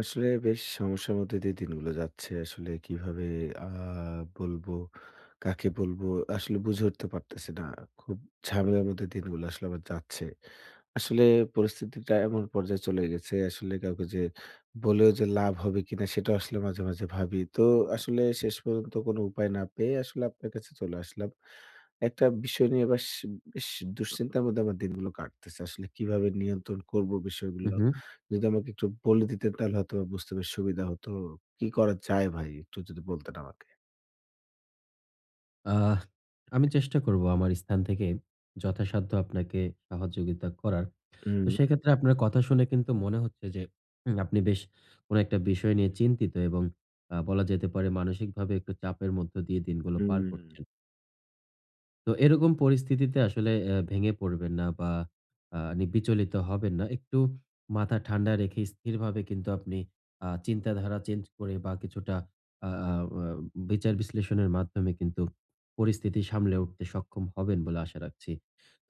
আসলে বেশ সমস্যার মধ্যে দিয়ে দিনগুলো যাচ্ছে। আসলে কিভাবে আ বলবো, কাকে বলবো আসলে বুঝে উঠতে পারতেছি না। খুব ঝামেলার মধ্যে দিনগুলো আসলে আমার যাচ্ছে। আসলে পরিস্থিতিটা এমন পর্যায়ে চলে গেছে আসলে কাউকে যে বলেও যে লাভ হবে কিনা সেটাও আসলে মাঝে, মাঝে ভাবি। তো আসলে শেষ পর্যন্ত কোনো উপায় না পেয়ে আসলে আপনার কাছে চলে আসলাম। একটা বিষয় নিয়ে বেশ দুশ্চিন্তার মধ্যে আমার দিনগুলো কাটতেছে। আসলে কিভাবে নিয়ন্ত্রণ করব হুম, বিষয়গুলো? হুম। যদি আমাকে একটু বলে দিতেন তাহলে হয়তোবা বুঝতে বেশ সুবিধা হতো। কি করা যায় ভাই? একটু যদি বলতেন আমাকে। আহ আমি চেষ্টা করব আমার স্থান থেকে যথাসাধ্য আপনাকে সহযোগিতা করার। তো হুম, সেক্ষেত্রে আপনার কথা শুনে কিন্তু মনে হচ্ছে যে আপনি বেশ কোনো একটা বিষয় নিয়ে চিন্তিত, এবং বলা যেতে পারে মানসিকভাবে একটু চাপের মধ্য দিয়ে দিনগুলো পার হুম, করছেন। তো এরকম পরিস্থিতিতে আসলে ভেঙে পড়বেন না বা আ নি বিচলিত হবেন না। একটু মাথা ঠান্ডা রেখে স্থিরভাবে কিন্তু আপনি চিন্তাধারা চেঞ্জ করে বা কিছুটা আ আ আ বিচার বিশ্লেষণের মাধ্যমে কিন্তু পরিস্থিতি সামলে উঠতে সক্ষম হবেন বলে আশা রাখছি।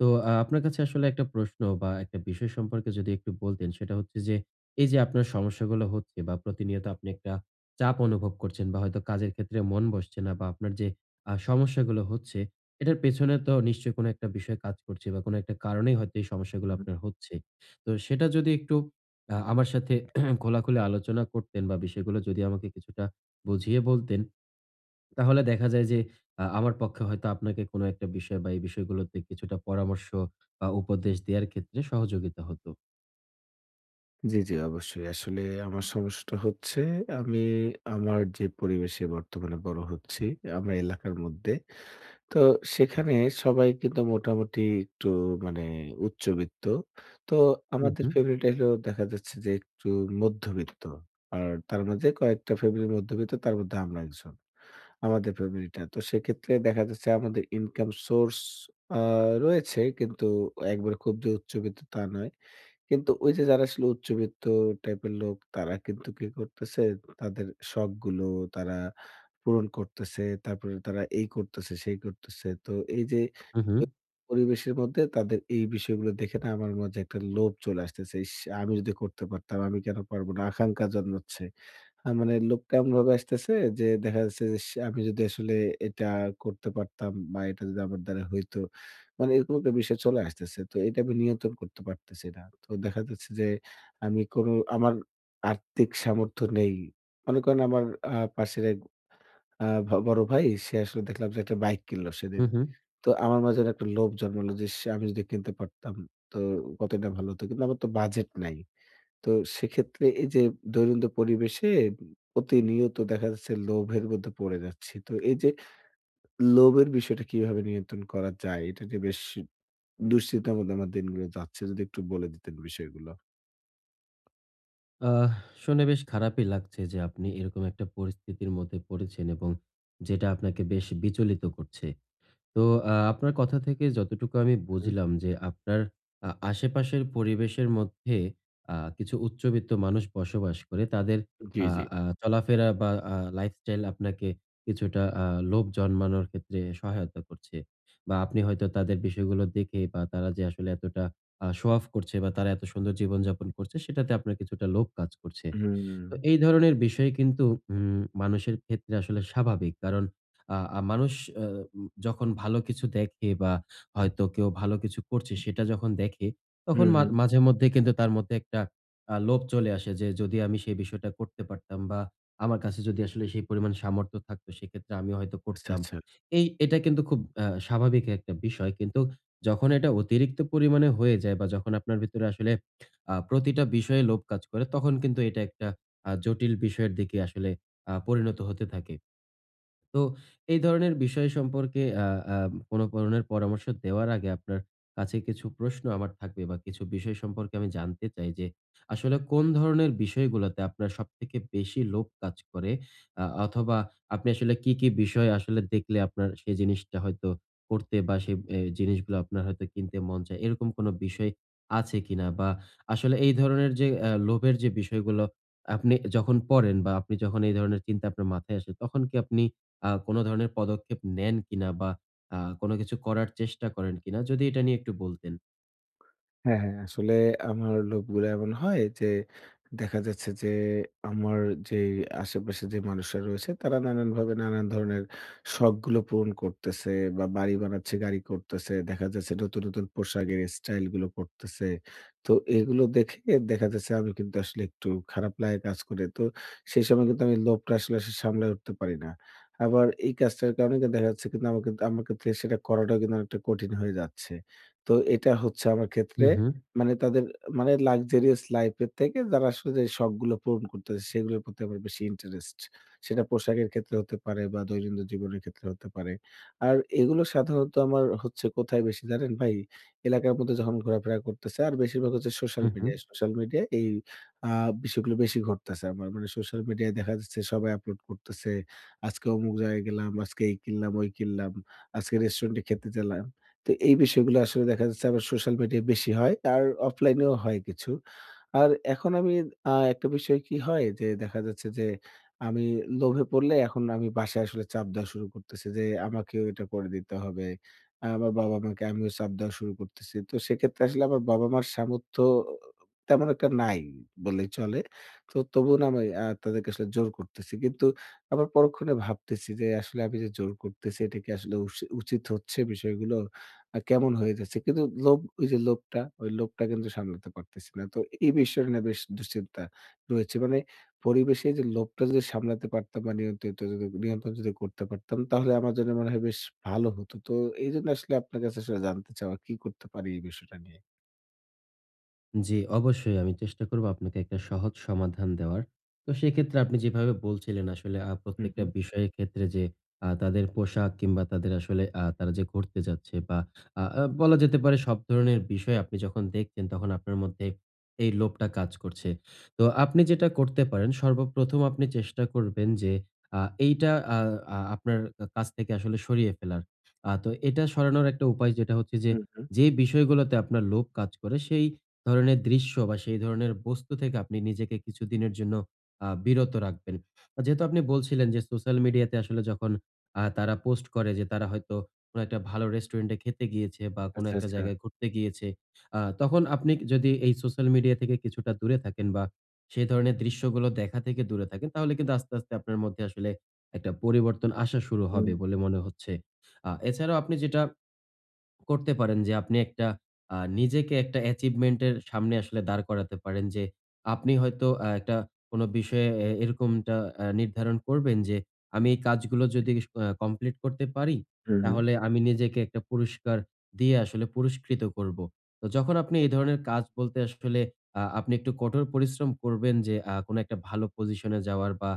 তো আপনার কাছে আসলে একটা প্রশ্ন বা একটা বিষয় সম্পর্কে যদি একটু বলতেন, সেটা হচ্ছে যে, এই যে আপনার সমস্যাগুলো হচ্ছে বা প্রতিনিয়ত আপনি একটা চাপ অনুভব করছেন বা হয়তো কাজের ক্ষেত্রে মন বসছে না বা আপনার যে সমস্যাগুলো হচ্ছে, এটার পেছনে তো নিশ্চয়ই কোনো একটা বিষয় কাজ করছে বা কোনো একটা কারণেই হয়তো এই সমস্যাগুলো হুম। আপনার হচ্ছে। তো সেটা যদি একটু আমার সাথে খোলাখুলি আলোচনা করতেন বা বিষয়গুলো যদি আমাকে কিছুটা বুঝিয়ে বলতেন, তাহলে দেখা যায় যে আমার পক্ষে হয়তো আপনাকে কোনো একটা বিষয় বা এই বিষয়গুলোতে কিছুটা পরামর্শ বা উপদেশ দেওয়ার ক্ষেত্রে সহযোগিতা হতো। জি, জি অবশ্যই। আসলে আমার সমস্যাটা হচ্ছে আমি আমার যে পরিবেশে বর্তমানে বড় হচ্ছি, আমার এলাকার মধ্যে। তো সেখানে সবাই কিন্তু মোটামুটি একটু মানে উচ্চবিত্ত। তো হুম, আমাদের হুম। ফ্যামিলিটা হলো দেখা যাচ্ছে যে একটু মধ্যবিত্ত। আর তার মাঝে কয়েকটা ফ্যামিলি মধ্যবিত্ত তার মধ্যে আমরা একজন। আমাদের ফ্যামিলিটা। তো সেক্ষেত্রে দেখা যাচ্ছে আমাদের ইনকাম সোর্স আ রয়েছে কিন্তু একবারে খুব যে উচ্চবিত্ত তা নয়। কিন্তু ওই যে যারা আসলে উচ্চবিত্ত টাইপের লোক তারা কিন্তু কি করতেছে তাদের শখগুলো তারা পূরণ করতেছে। তারপরে তারা এই করতেছে, সেই করতেছে। তো এই যে হুম, হুম। পরিবেশের মধ্যে তাদের এই বিষয়গুলো দেখে না আমার মাঝে একটা লোভ চলে আসতেছে। ইস! আমি যদি করতে পারতাম, আমি কেন পারব না? আকাঙ্খা জন্মাচ্ছে। মানে লোভটা এমনভাবে আসতেছে যে দেখা যাচ্ছে যে, ইস! আমি যদি আসলে এটা করতে পারতাম বা এটা যদি আমার দ্বারা হইতো। মানে এরকম একটা বিষয় চলে আসতেছে। তো এটা আমি নিয়ন্ত্রণ করতে পারতেছি না। তো দেখা যাচ্ছে যে আমি কোনো আমার আর্থিক সামর্থ্য নেই। মনে করেন আমার পাশের এক আ ভ বড় ভাই সে আসলে দেখলাম যে একটা বাইক কিনলো সেদিন। হুম, হুম। তো আমার মাঝে একটা লোভ জন্মালো যে আমি যদি কিনতে পারতাম তো কতই না ভালো হতো। কিন্তু আমার তো বাজেট নাই। তো সেক্ষেত্রে এই যে দৈনন্দিন পরিবেশে প্রতিনিয়ত দেখা যাচ্ছে লোভের মধ্যে পড়ে যাচ্ছি। তো এই যে লোভের বিষয়টা কিভাবে নিয়ন্ত্রণ করা যায় এটা নিয়ে বেশ দুশ্চিন্তার মধ্যে আমার দিনগুলো যাচ্ছে। যদি একটু বলে দিতেন বিষয়গুলো। আহ শুনে বেশ খারাপই লাগছে যে আপনি এরকম একটা পরিস্থিতির মধ্যে পড়েছেন, এবং যেটা আপনাকে বেশ বিচলিত করছে। তো আপনার কথা থেকে যতটুকু আমি হুম। বুঝলাম যে, আপনার আশেপাশের পরিবেশের মধ্যে কিছু উচ্চবিত্ত মানুষ বসবাস করে। তাদের জি, আ জি। আ চলাফেরা বা লাইফস্টাইল আপনাকে কিছুটা লোভ জন্মানোর ক্ষেত্রে সহায়তা করছে। বা আপনি হয়তো তাদের বিষয়গুলো দেখে বা তারা যে আসলে এতটা শো অফ করছে বা তারা এত সুন্দর জীবনযাপন করছে, সেটাতে আপনার কিছুটা লোভ কাজ করছে। হুম, তো এই ধরনের বিষয় কিন্তু মানুষের ক্ষেত্রে আসলে স্বাভাবিক। কারণ আ আ মানুষ আ উম যখন ভালো কিছু দেখে বা হয়তো কেউ ভালো কিছু করছে সেটা যখন দেখে, তখন হুম, হুম। মাঝেমধ্যে কিন্তু তার মধ্যে একটা লোভ চলে আসে যে, যদি আমি সেই বিষয়টা করতে পারতাম বা আমার কাছে যদি আসলে সেই পরিমাণ সামর্থ্য থাকতো সেক্ষেত্রে আমি হয়তো আচ্ছা, করতাম। আচ্ছা। এটা কিন্তু খুব স্বাভাবিক একটা বিষয়। কিন্তু যখন এটা অতিরিক্ত পরিমাণে হয়ে যায় বা যখন আপনার ভিতরে আসলে প্রতিটা বিষয়ে লোভ কাজ করে তখন কিন্তু এটা একটা জটিল বিষয়ের দিকে আসলে পরিণত হতে থাকে। তো এই ধরনের বিষয় সম্পর্কে আ আ কোনো ধরনের পরামর্শ দেওয়ার আগে আপনার কাছে কিছু প্রশ্ন আমার থাকবে বা কিছু বিষয় সম্পর্কে আমি জানতে চাই যে, আসলে কোন ধরনের বিষয়গুলোতে আপনার সবথেকে বেশি লোভ কাজ করে? অথবা আপনি আসলে কি, কি বিষয় আসলে দেখলে আপনার সেই জিনিসটা হয়তো করতে বা সেই জিনিসগুলো আপনার হয়তো কিনতে মন চায়, এরকম কোনো বিষয় আছে কিনা? বা আসলে এই ধরনের যে লোভের যে বিষয়গুলো আপনি যখন পড়েন বা আপনি যখন এই ধরনের চিন্তা আপনার মাথায় আসে, তখন কি আপনি কোনো ধরনের পদক্ষেপ নেন কিনা বা কোনো কিছু করার চেষ্টা করেন কিনা? যদি এটা নিয়ে একটু বলতেন। হ্যাঁ, হ্যাঁ। আসলে আমার লোভগুলা এমন হয় যে দেখা যাচ্ছে যে আমার যে আশেপাশে যে মানুষরা রয়েছে তারা নানানভাবে নানান ধরনের শখগুলো পূরণ করতেছে বা বাড়ি বানাচ্ছে, গাড়ি করতেছে। দেখা যাচ্ছে নতুন, নতুন পোশাকের স্টাইল গুলো করতেছে। তো এগুলো দেখে দেখা যাচ্ছে আমি কিন্তু আসলে একটু খারাপ লাগা কাজ করে। তো সেই সময় কিন্তু আমি লোভটা আসলে সামলায় উঠতে পারি না। আবার এই কাজটার কারণে কিন্তু দেখা যাচ্ছে কিন্তু আমাকে আমার ক্ষেত্রে সেটা করাটাও কিন্তু অনেকটা কঠিন হয়ে যাচ্ছে। তো এটা হচ্ছে আমার হু, ক্ষেত্রে হু। মানে তাদের মানে luxurious life এর থেকে যারা আসলে যে শখগুলো পূরণ করতেছে সেগুলোর প্রতি আমার বেশি ইন্টারেস্ট। সেটা পোশাকের ক্ষেত্রে হতে পারে বা দৈনন্দিন জীবনের ক্ষেত্রে হতে পারে। আর এগুলো সাধারণত আমার হচ্ছে কোথায় বেশি জানেন ভাই? এলাকার মধ্যে যখন ঘোরাফেরা করতেছে আর বেশিরভাগ হচ্ছে সোশ্যাল হু, হু। মিডিয়ায়। সোশ্যাল মিডিয়ায় এই আ বিষয়গুলো বেশি ঘটতেছে আমার। মানে সোশ্যাল মিডিয়ায় দেখা যাচ্ছে সবাই আপলোড করতেছে। আজকে অমুক জায়গায় গেলাম, আজকে এই কিনলাম, ওই কিনলাম, আজকে রেস্টুরেন্টে খেতে গেলাম। তো এই বিষয়গুলো আসলে দেখা যাচ্ছে আবার সোশ্যাল মিডিয়ায় বেশি হয়। আর অফলাইনেও হয় কিছু। আর এখন আমি একটা বিষয় কি হয় যে দেখা যাচ্ছে যে আমি লোভে পড়লে এখন আমি বাসায় আসলে চাপ দেওয়া শুরু করতেছি যে আমাকেও এটা করে দিতে হবে। আমার বাবা-মাকে আমিও চাপ দেওয়া শুরু করতেছি। তো সেক্ষেত্রে আসলে আমার বাবা-মার সামর্থ্য তেমন একটা নাই বললেই চলে। তো তবুও না আমি তাদেরকে আসলে জোর করতেছি। কিন্তু আবার পরক্ষণে ভাবতেছি যে আসলে আমি যে জোর করতেছি এটা কি আসলে উচিত হচ্ছে বিষয়গুলো? কেমন হয়ে যাচ্ছে। কিন্তু লোভ ওই যে লোভটা, ওই লোভটা কিন্তু সামলাতে পারতেছি না। তো এই বিষয়টা নিয়ে বেশ দুশ্চিন্তা রয়েছে। মানে পরিবেশে যে লোভটা যদি সামলাতে পারতাম বা নিয়ন্ত্রিত যদি নিয়ন্ত্রণ যদি করতে পারতাম তাহলে আমার জন্য মনে হয় বেশ ভালো হতো। তো এইজন্য আসলে আপনার কাছে আসলে জানতে চাওয়া কি করতে পারি এই বিষয়টা নিয়ে? জি, অবশ্যই আমি চেষ্টা করব আপনাকে একটা সহজ সমাধান দেওয়ার। তো সেক্ষেত্রে আপনি যেভাবে বলছিলেন আসলে হু, হু, প্রত্যেকটা বিষয়ের ক্ষেত্রে যে তাদের পোশাক কিংবা তাদের আসলে তারা যে ঘুরতে যাচ্ছে বা আ আ বলা যেতে পারে সব ধরনের বিষয় আপনি যখন দেখছেন তখন আপনার মধ্যে এই লোভটা কাজ করছে। তো আপনি যেটা করতে পারেন, সর্বপ্রথম আপনি চেষ্টা করবেন যে আ এইটা আ আ আপনার কাছ থেকে আসলে সরিয়ে ফেলার। তো এটা সরানোর একটা উপায় যেটা হচ্ছে যে, হু, হু। যে বিষয়গুলোতে আপনার লোভ কাজ করে সেই ধরনের দৃশ্য বা সেই ধরনের বস্তু থেকে আপনি নিজেকে কিছুদিনের জন্য বিরত রাখবেন। আর যেহেতু আপনি বলছিলেন যে সোশ্যাল মিডিয়াতে আসলে যখন তারা পোস্ট করে যে তারা হয়তো কোন একটা ভালো রেস্টুরেন্টে খেতে গিয়েছে বা কোন আচ্ছা, একটা আচ্ছা। জায়গায় ঘুরতে গিয়েছে। তখন আপনি যদি এই সোশ্যাল মিডিয়া থেকে কিছুটা দূরে থাকেন বা সেই ধরনের দৃশ্যগুলো দেখা থেকে দূরে থাকেন, তাহলে কিন্তু আস্তে, আস্তে আপনার মধ্যে আসলে একটা পরিবর্তন আসা শুরু হু, হবে বলে মনে হচ্ছে। এছাড়াও আপনি যেটা করতে পারেন যে, আপনি একটা নিজেকে একটা achievement এর সামনে আসলে দাঁড় করাতে পারেন। যে আপনি হয়তো একটা কোনো বিষয়ে এরকমটা নির্ধারণ করবেন যে, আমি এই কাজগুলো যদি কমপ্লিট করতে পারি হু, হু, তাহলে আমি নিজেকে একটা পুরস্কার দিয়ে আসলে পুরস্কৃত করব। তো যখন আপনি এই ধরনের কাজ বলতে আসলে আপনি একটু কঠোর পরিশ্রম করবেন যে কোনো একটা ভালো পজিশনে যাওয়ার বা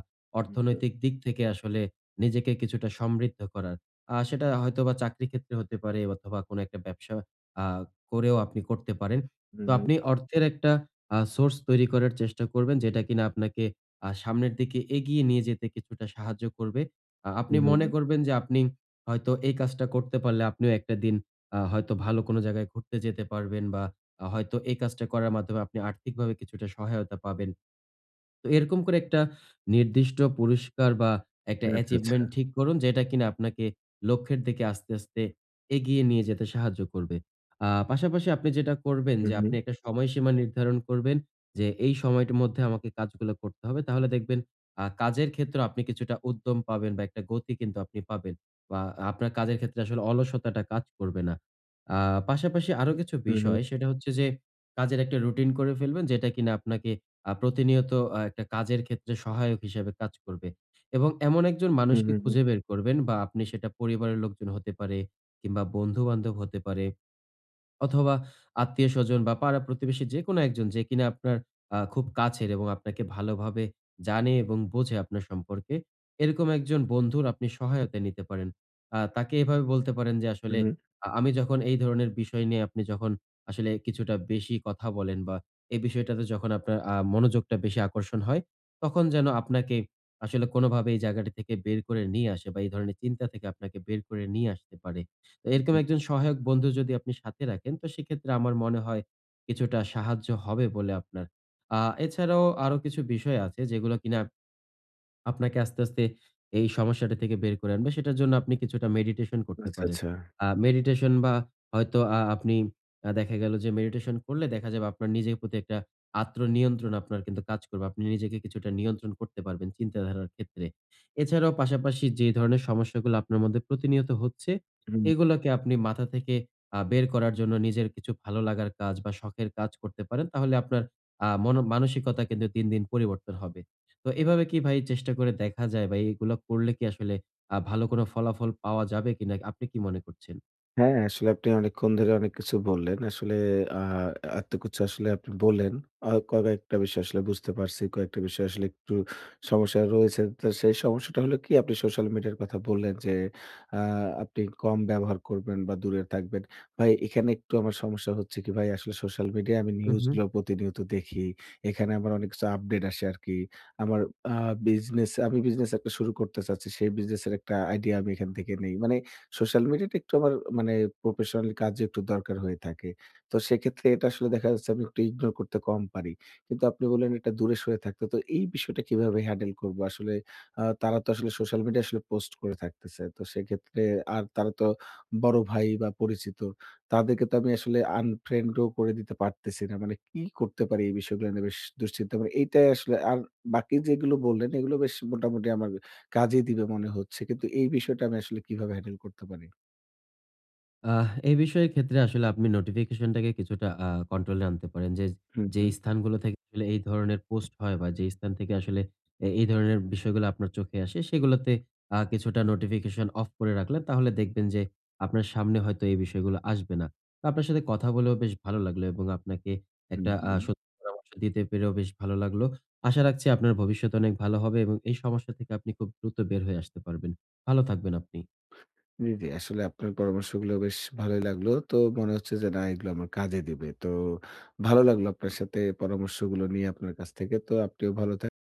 হু, অর্থনৈতিক দিক থেকে আসলে নিজেকে কিছুটা সমৃদ্ধ করার। সেটা হয়তোবা চাকরি ক্ষেত্রে হতে পারে অথবা কোনো একটা ব্যবসা আ করেও আপনি করতে পারেন। হু, তো হু, আপনি অর্থের একটা সোর্স তৈরি করার চেষ্টা করবেন যেটা কিনা আপনাকে সামনের দিকে এগিয়ে নিয়ে যেতে কিছুটা সাহায্য করবে। হু, আপনি হু, মনে হু। করবেন যে আপনি হয়তো এই কাজটা করতে পারলে আপনিও একটা দিন হয়তো ভালো কোনো জায়গায় ঘুরতে যেতে পারবেন বা হয়তো এই কাজটা করার মাধ্যমে আপনি আর্থিকভাবে কিছুটা সহায়তা পাবেন। তো এরকম করে একটা নির্দিষ্ট পুরস্কার বা একটা আচ্ছা, আচ্ছা। অ্যাচিভমেন্ট ঠিক করুন যেটা কিনা আপনাকে লক্ষ্যের দিকে আস্তে, আস্তে এগিয়ে নিয়ে যেতে সাহায্য করবে। পাশাপাশি আপনি যেটা করবেন হু, যে, হু, আপনি একটা সময়সীমা নির্ধারণ করবেন যে, এই সময়টির মধ্যে আমাকে কাজগুলো করতে হবে। তাহলে দেখবেন কাজের ক্ষেত্রে আপনি কিছুটা উদ্যম পাবেন বা একটা গতি কিন্তু আপনি পাবেন, বা আপনার কাজের ক্ষেত্রে আসলে অলসতাটা কাজ করবে না। আ পাশাপাশি আরো কিছু হু, হু, বিষয়, সেটা হচ্ছে যে, কাজের একটা রুটিন করে ফেলবেন যেটা কিনা আপনাকে প্রতিনিয়ত একটা কাজের ক্ষেত্রে সহায়ক হিসেবে কাজ করবে। এবং এমন একজন হু, মানুষকে হু, হু, খুঁজে বের করবেন, বা আপনি সেটা পরিবারের লোকজন হতে পারে কিংবা বন্ধু-বান্ধব হতে পারে। অথবা আত্মীয়স্বজন বা পাড়া-প্রতিবেশী, যেকোনো একজন যে কিনা আপনার খুব কাছের এবং আপনাকে ভালোভাবে জানে এবং বোঝে আপনার সম্পর্কে। এরকম একজন বন্ধুর আপনি সহায়তা নিতে পারেন। তাকে এভাবে বলতে পারেন যে, হু, আসলে হু, আমি যখন এই ধরনের বিষয় নিয়ে আপনি যখন আসলে কিছুটা বেশি কথা বলেন বা এই বিষয়টাতে যখন আপনার মনোযোগটা বেশি আকর্ষণ হয়, তখন যেন আপনাকে আসলে কোনোভাবে এই জায়গাটা থেকে বের করে নিয়ে আসে বা এই ধরনের চিন্তা থেকে আপনাকে বের করে নিয়ে আসতে পারে। তো এরকম হু। একজন সহায়ক বন্ধু যদি আপনি সাথে রাখেন তো সেক্ষেত্রে আমার মনে হয় কিছুটা সাহায্য হবে বলে আপনার। আ এছাড়াও আরো কিছু বিষয় আছে যেগুলো কিনা আপনাকে আস্তে, আস্তে এই সমস্যাটা থেকে বের করে আনবে। সেটার জন্য আপনি কিছুটা মেডিটেশন করতে আচ্ছা, পারেন। আচ্ছা। মেডিটেশন বা হয়তো আপনি, দেখা গেল যে মেডিটেশন করলে দেখা যাবে আপনার নিজের প্রতি একটা আত্মনিয়ন্ত্রণ আপনার কিন্তু কাজ করবে। আপনি নিজেকে কিছুটা নিয়ন্ত্রণ করতে পারবেন চিন্তাধারার ক্ষেত্রে। এছাড়াও পাশাপাশি যে ধরনের সমস্যাগুলো আপনার মধ্যে প্রতিনিয়ত হচ্ছে, হু। এগুলোকে আপনি মাথা থেকে বের করার জন্য নিজের কিছু ভালো লাগার কাজ বা শখের কাজ করতে পারেন। তাহলে আপনার মনো মানসিকতা কিন্তু দিন, দিন পরিবর্তন হবে। তো এভাবে কি ভাই চেষ্টা করে দেখা যায়, বা এগুলা করলে কি আসলে ভালো কোনো ফলাফল পাওয়া যাবে কিনা? আপনি কি মনে করছেন? হ্যাঁ, আসলে আপনি অনেকক্ষণ ধরে অনেক কিছু বললেন। আসলে আ এত কিছু আসলে আপনি বললেন। কয়েকটা বিষয় আসলে বুঝতে পারছি। কয়েকটা বিষয় আসলে একটু সমস্যা রয়েছে। তো সেই সমস্যাটা হলো কি আপনি সোশ্যাল মিডিয়ার কথা বললেন যে, আ আপনি কম ব্যবহার করবেন বা দূরে থাকবেন। ভাই এখানে একটু আমার সমস্যা হচ্ছে কি ভাই আসলে সোশ্যাল মিডিয়ায় আমি হু, হু। নিউজগুলো প্রতিনিয়ত দেখি। এখানে আমার অনেক কিছু আপডেট আসে আরকি। আমার আ বিজনেস আমি বিজনেস একটা শুরু করতে চাচ্ছি। সেই বিজনেসের একটা আইডিয়া আমি এখান থেকে নেই। মানে সোশ্যাল মিডিয়াটা একটু আমার মানে প্রফেশনাল কাজে একটু দরকার হয়ে থাকে। তো সেক্ষেত্রে এটা আসলে দেখা যাচ্ছে আমি একটু ইগনোর করতে কম পারি। কিন্তু আপনি বললেন এটা দূরে সরে থাকতে। তো এই বিষয়টা কিভাবে হ্যান্ডেল করব? আসলে তারা তো আসলে সোশ্যাল মিডিয়া আসলে পোস্ট করে থাকতেছে। তো সেক্ষেত্রে আর তারা তো বড় ভাই বা পরিচিত। তাদেরকে তো আমি আসলে আনফ্রেন্ড ও করে দিতে পারতেছি না। মানে কি করতে পারি এই বিষয়গুলো নিয়ে বেশ দুশ্চিন্তা মানে এইটাই আসলে আর বাকি যেগুলো বললেন এগুলো বেশ মোটামুটি আমার কাজে দিবে মনে হচ্ছে। কিন্তু এই বিষয়টা আমি আসলে কিভাবে হ্যান্ডেল করতে পারি? এই বিষয়ের ক্ষেত্রে আসলে আপনি নোটিফিকেশনটাকে কিছুটা কন্ট্রোলে আনতে পারেন। যে, হুম, যেই হুম, স্থানগুলো থেকে আসলে এই ধরনের পোস্ট হয় বা যেই স্থান থেকে আসলে এই ধরনের বিষয়গুলো আপনার চোখে আসে সেগুলোতে কিছুটা নোটিফিকেশন অফ করে রাখলেন। তাহলে দেখবেন যে, আপনার সামনে হয়তো এই বিষয়গুলো আসবে না। তো আপনার সাথে কথা বলেও বেশ ভালো লাগলো এবং আপনাকে হুম, একটা হুম। সত্যি পরামর্শ দিতে পেরেও বেশ ভালো লাগলো। আশা রাখছি আপনার ভবিষ্যৎ অনেক ভালো হবে এবং এই সমস্যা থেকে আপনি খুব দ্রুত বের হয়ে আসতে পারবেন। ভালো থাকবেন আপনি। জি, জি। আসলে আপনার পরামর্শগুলো বেশ ভালোই লাগলো। তো মনে হচ্ছে যে না এগুলো আমার কাজে দিবে। তো ভালো লাগলো আপনার সাথে পরামর্শগুলো নিয়ে আপনার কাছ থেকে। তো আপনিও ভালো থাকবেন।